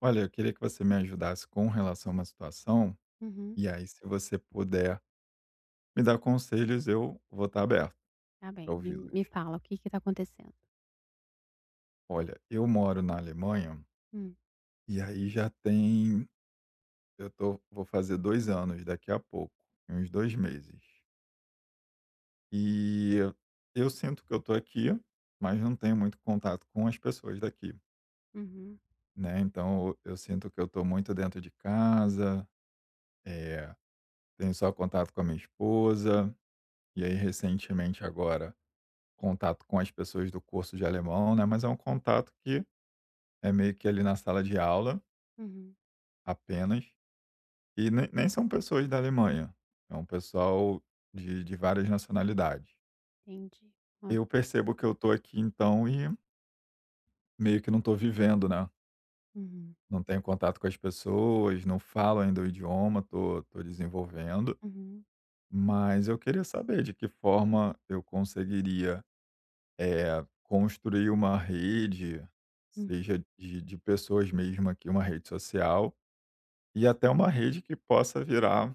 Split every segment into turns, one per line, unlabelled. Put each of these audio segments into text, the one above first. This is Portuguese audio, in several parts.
Olha, eu queria que você me ajudasse com relação a uma situação,
Uhum.
e aí se você puder me dar conselhos, eu vou estar aberto
Tá
para
bem, me
ouvi-los.
fala o que que tá acontecendo.
Olha, eu moro na Alemanha
Hum.
e aí já tem, vou fazer dois anos daqui a pouco, em uns dois meses. E eu sinto que eu tô aqui, mas não tenho muito contato com as pessoas daqui,
Uhum,
né? Então eu sinto que eu tô muito dentro de casa, é, tenho só contato com a minha esposa, e aí recentemente agora contato com as pessoas do curso de alemão, né, mas é um contato que é meio que ali na sala de aula,
uhum.
apenas, e nem são pessoas da Alemanha, é um pessoal de várias nacionalidades.
Entendi. Ok.
Eu percebo que eu tô aqui então e meio que não tô vivendo, né,
Uhum,
não tenho contato com as pessoas, não falo ainda o idioma, tô desenvolvendo,
uhum,
mas eu queria saber de que forma eu conseguiria construir uma rede,
hum.
seja de pessoas mesmo aqui, uma rede social, e até uma rede que possa virar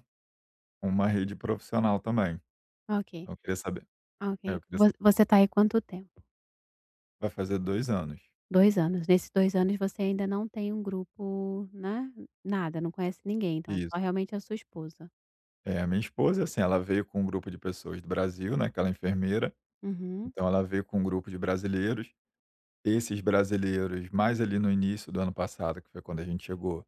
uma rede profissional também.
Ok,
Então eu queria saber
ok.
é, eu queria
Vo
sa
Você tá aí quanto tempo?
vai fazer dois anos.
Dois anos. Nesses 2 anos você ainda não tem um grupo, né, nada, não conhece ninguém, então, só
Isso.
realmente a sua esposa.
É, a minha esposa, assim, ela veio com um grupo de pessoas do Brasil, né, que ela é enfermeira,
Uhum,
então ela veio com um grupo de brasileiros. Esses brasileiros, mais ali no início do ano passado, que foi quando a gente chegou,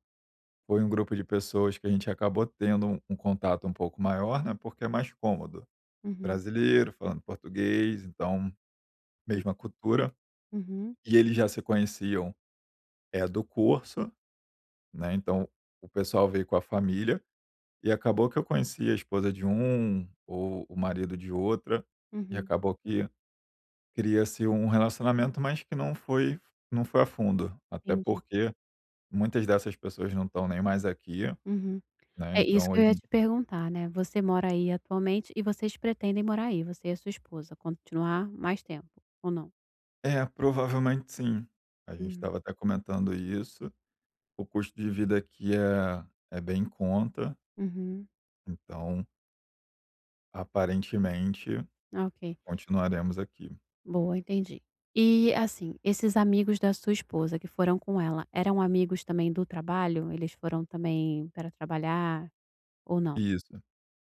foi um grupo de pessoas que a gente acabou tendo um contato um pouco maior, né, porque é mais cômodo.
uhum,
Brasileiro, falando português, então
sim.
mesma cultura.
Uhum,
E eles já se conheciam, é do curso, né, então o pessoal veio com a família e acabou que eu conheci a esposa de um ou o marido de outra, e
uhum,
acabou que cria-se um relacionamento, mas que não foi a fundo, até
entendi.
porque muitas dessas pessoas não estão nem mais aqui,
Uhum.
né,
É isso
então
que
a
eu ia
gente
te perguntar, né, você mora aí atualmente e vocês pretendem morar aí, você e a sua esposa, continuar mais tempo, ou não?
provavelmente sim. A gente
Uhum.
estava até comentando isso. O custo de vida aqui é bem em conta,
Uhum.
então, aparentemente,
Ok,
continuaremos aqui.
boa, entendi. E, assim, esses amigos da sua esposa que foram com ela, eram amigos também do trabalho? Eles foram também para trabalhar ou não?
Isso,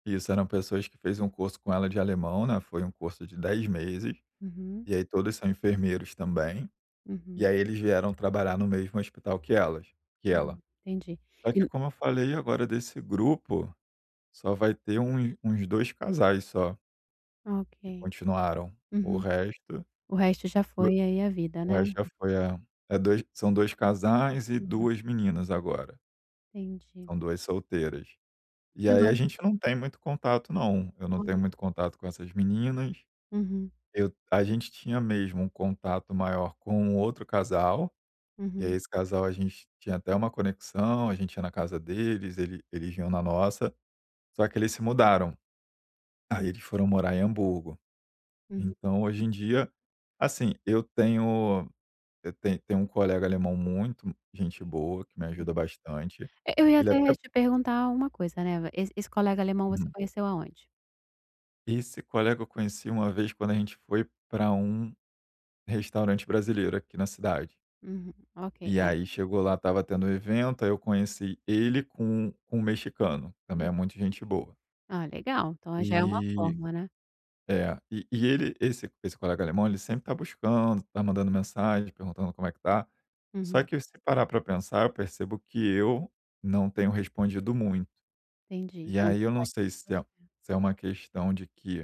isso, eram pessoas que fez um curso com ela de alemão, né, foi um curso de 10 meses,
Uhum,
e aí todos são enfermeiros também, e
uhum,
aí eles vieram trabalhar no mesmo hospital que ela.
hum, entendi.
Só
E
que
n-
como eu falei agora desse grupo, só vai ter uns dois casais só, que
ok,
continuaram, o
uhum.
resto
O resto já foi aí a vida,
O
né?
resto já foi, é. É dois são 2 casais e
Uhum,
2 meninas agora,
entendi.
são 2 solteiras. E aí a
Agora,
gente não tem muito contato não, eu não tenho
olha,
muito contato com essas meninas,
uhum,
eu a gente tinha mesmo um contato maior com um outro casal, e aí
uhum,
esse casal a gente tinha até uma conexão, a gente ia na casa deles, eles vinham na nossa, só que eles se mudaram, aí
sim,
eles foram morar em Hamburgo.
uhum,
Então hoje em dia, assim, eu tenho um colega alemão muito gente boa, que me ajuda
uhum.
bastante.
E eu ia
Ele
até
até
te perguntar uma coisa, né, esse colega alemão você
Uhum.
conheceu aonde?
Esse colega eu conheci uma vez quando a gente foi para um restaurante brasileiro aqui na cidade.
Uhum, ok,
E
é.
aí chegou lá, estava tendo um evento, aí eu conheci ele com um mexicano, que também é muito gente boa.
Ah, legal. Então já é uma
E
forma, né.
é, e ele esse esse colega alemão, ele sempre tá buscando, tá mandando mensagem, perguntando como é que tá. Só
Uhum,
que se parar para pensar, eu percebo que eu não tenho respondido muito.
entendi.
E
Então
aí eu não
pode ser
sei se
de você.
é se é uma questão de que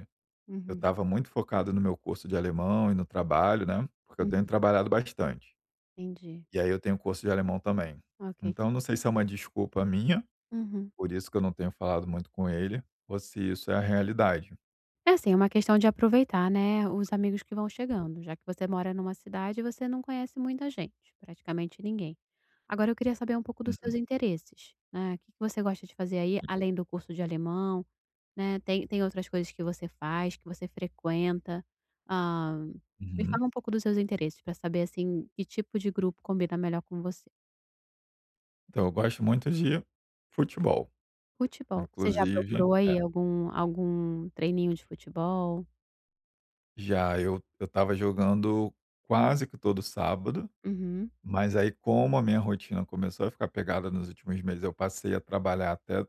eu
Uhum,
estava muito focado no meu curso de alemão e no trabalho, né, porque eu
uhum,
tenho trabalhado bastante.
entendi.
E aí eu tenho curso de alemão também.
Ok.
Então não sei se é uma desculpa minha,
Uhum.
por isso que eu não tenho falado muito com ele, ou se isso é a realidade.
É assim, é uma questão de aproveitar, né, os amigos que vão chegando, já que você mora numa cidade, e você não conhece muita gente, praticamente ninguém. Agora eu queria saber um pouco dos seus
Uhum,
interesses, né, o que que você gosta de fazer aí, além do curso de alemão? Né, tem outras coisas que você faz, que você frequenta? Hã, Me
uhum.
fala um pouco dos seus interesses para saber, assim, que tipo de grupo combina melhor com você.
Então eu gosto muito de futebol,
Futebol, você já
inclusive
procurou aí algum treininho de futebol?
já eu estava jogando quase que todo sábado.
Uhum,
Mas aí, como a minha rotina começou a ficar pegada nos últimos meses, eu passei a trabalhar até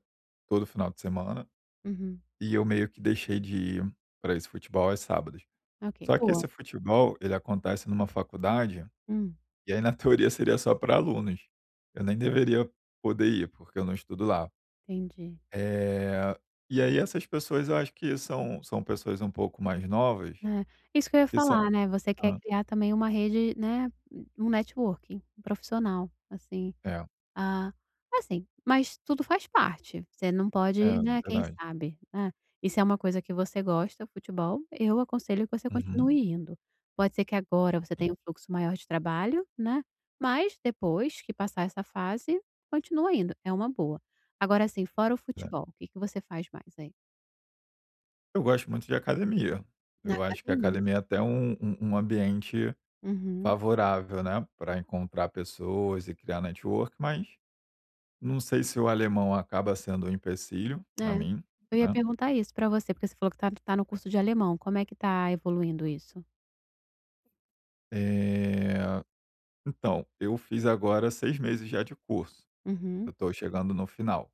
todo final de semana
uhum.
e eu meio que deixei de ir para esse futebol aos sábados.
Ok,
Só que
boa.
esse futebol, ele acontece numa faculdade
Hum,
e aí, na teoria, seria só para alunos. Eu nem deveria poder ir, porque eu não estudo lá.
entendi.
Eh, e aí, essas pessoas, eu acho que são pessoas um pouco mais novas
É, isso que eu ia
que são
falar, né, você quer
hã,
criar também uma rede, né, um networking profissional, assim.
é,
Ah, assim, mas tudo faz parte, você não
é,
pode, né, quem
verdade.
sabe, né. E se é uma coisa que você gosta, futebol, eu aconselho que você
Uhum,
continue indo. Pode ser que agora você tenha
sim.
um fluxo maior de trabalho, né, mas depois que passar essa fase, continua indo, é uma boa. Agora assim, fora o futebol, o que que você faz mais aí?
Eu gosto muito de academia.
Na
Eu acho que a
academia.
academia é até um ambiente
Uhum.
favorável, né, para encontrar pessoas e criar network, mas não sei se o alemão acaba sendo um empecilho
É,
para mim,
eu ia
né.
perguntar isso pra você, porque você falou que tá no curso de alemão, como é que tá evoluindo isso?
Eh, então, eu fiz agora 6 meses já de curso, eu
Uhum,
estou chegando no final.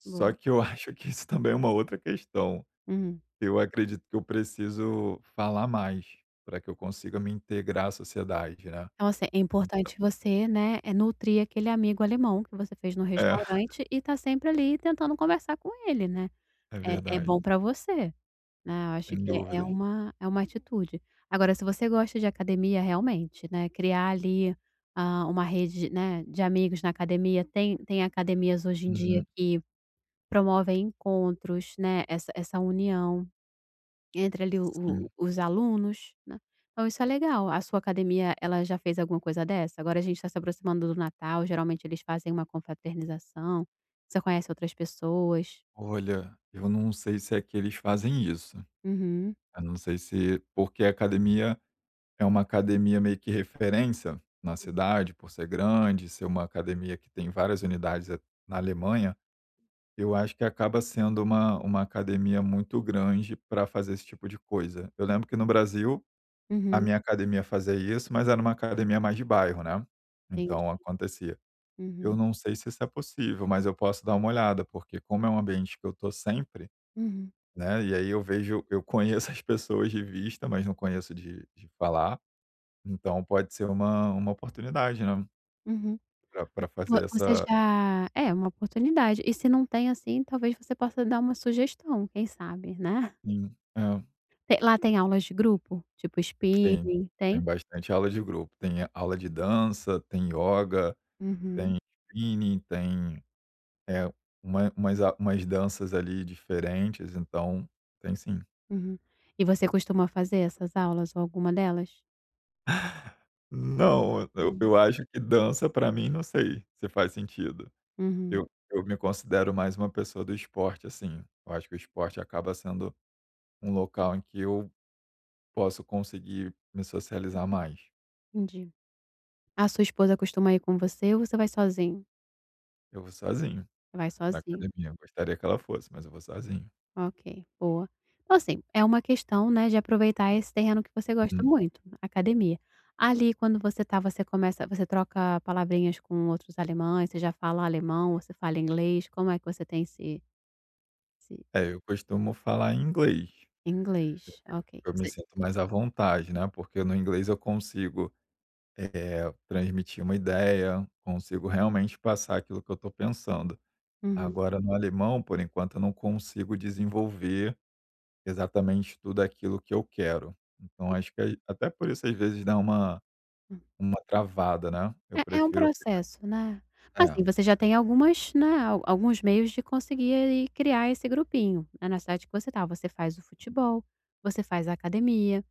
Só
boa.
que eu acho que isso também é uma outra questão.
Uhum.
Eu acredito que eu preciso falar mais para que eu consiga me integrar à sociedade, né.
Então, assim, é importante você, né, nutrir aquele amigo alemão que você fez no
É,
restaurante e tá sempre ali tentando conversar com ele, né.
é
É
verdade,
bom para você, né, eu acho
sem
que é
dúvidas.
uma é uma atitude. Agora se você gosta de academia realmente, né, criar ali, ah, uma rede, né, de amigos na academia, tem academias hoje em dia
Uhum.
que promovem encontros, né, essa união. Entre ali o
Sim.
os alunos, né. Então isso é legal. A sua academia, ela já fez alguma coisa dessa? Agora a gente está se aproximando do Natal, geralmente eles fazem uma confraternização, você conhece outras pessoas.
Olha, eu não sei se é que eles fazem isso.
Uhum,
Eu não sei se porque a academia é uma academia meio que referência na cidade, por ser grande, ser uma academia que tem várias unidades na Alemanha, eu acho que acaba sendo uma academia muito grande para fazer esse tipo de coisa. Eu lembro que no Brasil a
uhum,
minha academia fazia isso, mas era uma academia mais de bairro, né?
entendi.
Então acontecia. Eu
Uhum,
não sei se isso é possível, mas eu posso dar uma olhada, porque como é um ambiente que eu tô sempre,
uhum,
né, e aí eu conheço as pessoas de vista, mas não conheço de falar, então pode ser uma oportunidade, né,
uhum.
pra
Vo
fazer
Você
essa
já é, uma oportunidade. E se não tem, assim, talvez você possa dar uma sugestão, quem sabe, né.
sim,
Te Lá tem aulas de grupo? Tipo
tem
spinning,
tem
tem?
bastante aula de grupo, tem aula de dança, tem yoga,
Uhum,
tem spinning, tem, eh, umas danças ali diferentes, então tem sim.
uhum. E você costuma fazer essas aulas ou alguma delas?
Não, eu acho que dança pra mim, não sei se faz sentido.
Uhum,
Eu me considero mais uma pessoa do esporte, assim. Eu acho que o esporte acaba sendo um local em que eu posso conseguir me socializar mais.
entendi. A sua esposa costuma ir com você ou você vai sozinho?
Eu vou sozinho
Vai
pra
sozinho.
academia, eu gostaria que ela fosse, mas eu vou sozinho.
Ok, boa. Então, assim, é uma questão, né, de aproveitar esse terreno que você gosta
Uhum.
muito, academia. Ali, quando você tá, você começa, você troca palavrinhas com outros alemães, você já fala alemão, você fala inglês, como é que você tem esse
É, eu costumo falar em inglês,
inglês? Ok.
eu me
Você
sinto mais à vontade, né, porque no inglês eu consigo, transmitir uma ideia, consigo realmente passar aquilo que eu estou pensando.
Uhum.
Agora no alemão, por enquanto, eu não consigo desenvolver exatamente tudo aquilo que eu quero. Então acho que aí até por isso às vezes dá uma travada, né. Eu
É um
prefiro
processo, né. Mas assim,
é.
você já tem algumas, né, al alguns meios de conseguir aí criar esse grupinho, né, na cidade que você tá. Você faz o futebol, você faz a academia,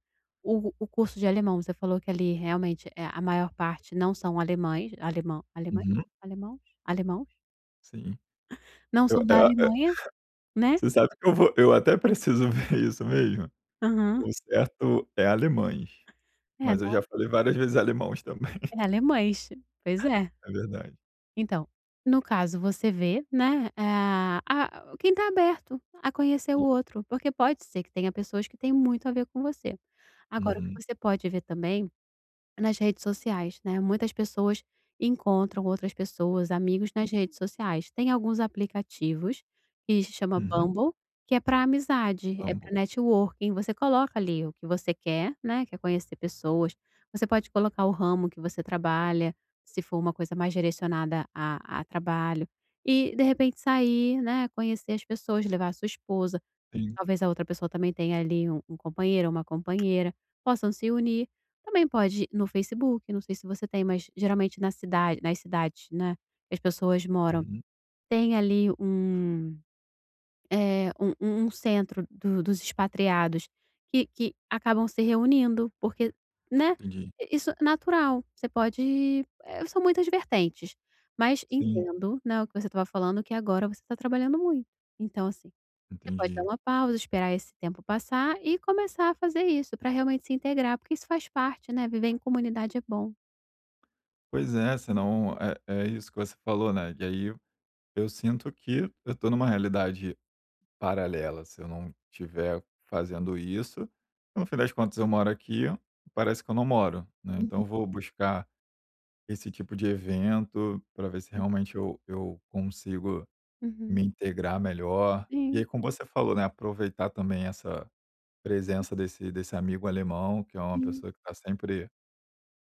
o curso de alemão, você falou que ali realmente, é a maior parte não são alemães alemão alemães?
Uhum,
Alemãos? Alemãos?
sim.
Não são da
Eu
Alemanha, né.
você sabe que eu vou eu até preciso ver isso mesmo.
Aham.
O certo é alemães,
É,
mas eu
não
já falei várias vezes alemãos também.
é alemães. Pois é.
É verdade.
Então, no caso você vê, né, a quem está aberto a conhecer o
Sim.
outro, porque pode ser que tenha pessoas que têm muito a ver com você. Agora o que
Uhum,
você pode ver também nas redes sociais, né, muitas pessoas encontram outras pessoas, amigos nas redes sociais. Tem alguns aplicativos que se chama
uhum.
Bumble, que é para amizade, é para
Hamburgo.
networking, você coloca ali o que você quer, né, quer conhecer pessoas, você pode colocar o ramo que você trabalha, se for uma coisa mais direcionada a trabalho, e de repente sair, né, conhecer as pessoas, levar a sua esposa.
Sim.
Talvez a outra pessoa também tenha ali um companheiro ou uma companheira, possam se unir. Também pode no Facebook, não sei se você tem, mas geralmente na cidade nas cidades, né, que as pessoas moram,
Uhum.
tem ali um, é um centro do dos expatriados que acabam se reunindo, porque, né,
Entendi.
isso é natural, você pode são muitas vertentes, mas
Sim,
entendo, né, o que você estava falando que agora você está trabalhando muito. Então assim você pode dar
entendi.
uma pausa, esperar esse tempo passar e começar a fazer isso para realmente se integrar, porque isso faz parte, né, viver em comunidade é bom.
Pois é, senão é isso que você falou, né, e aí eu sinto que eu tô numa realidade paralela, se eu não estiver fazendo isso, no fim das contas eu moro aqui, parece que eu não moro, né,
Uhum,
então eu vou buscar esse tipo de evento para ver se realmente eu consigo me
uhum.
integrar melhor. E
Sim,
aí como você falou, né, aproveitar também essa presença desse amigo alemão, que é uma
sim,
pessoa que está sempre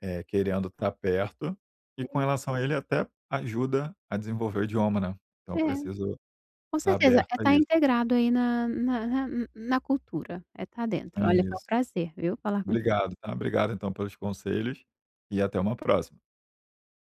querendo estar perto. E com
sim.
relação a ele até ajuda a desenvolver o idioma, né. Então eu
É,
preciso
com
estar
certeza. Sim,
aberto
é,
a
tá
isso.
integrado aí na cultura, é, tá
É
dentro. Olha, foi um
isso.
prazer, viu, falar contigo.
Obrigado, tá. Obrigado então pelos conselhos e até uma próxima.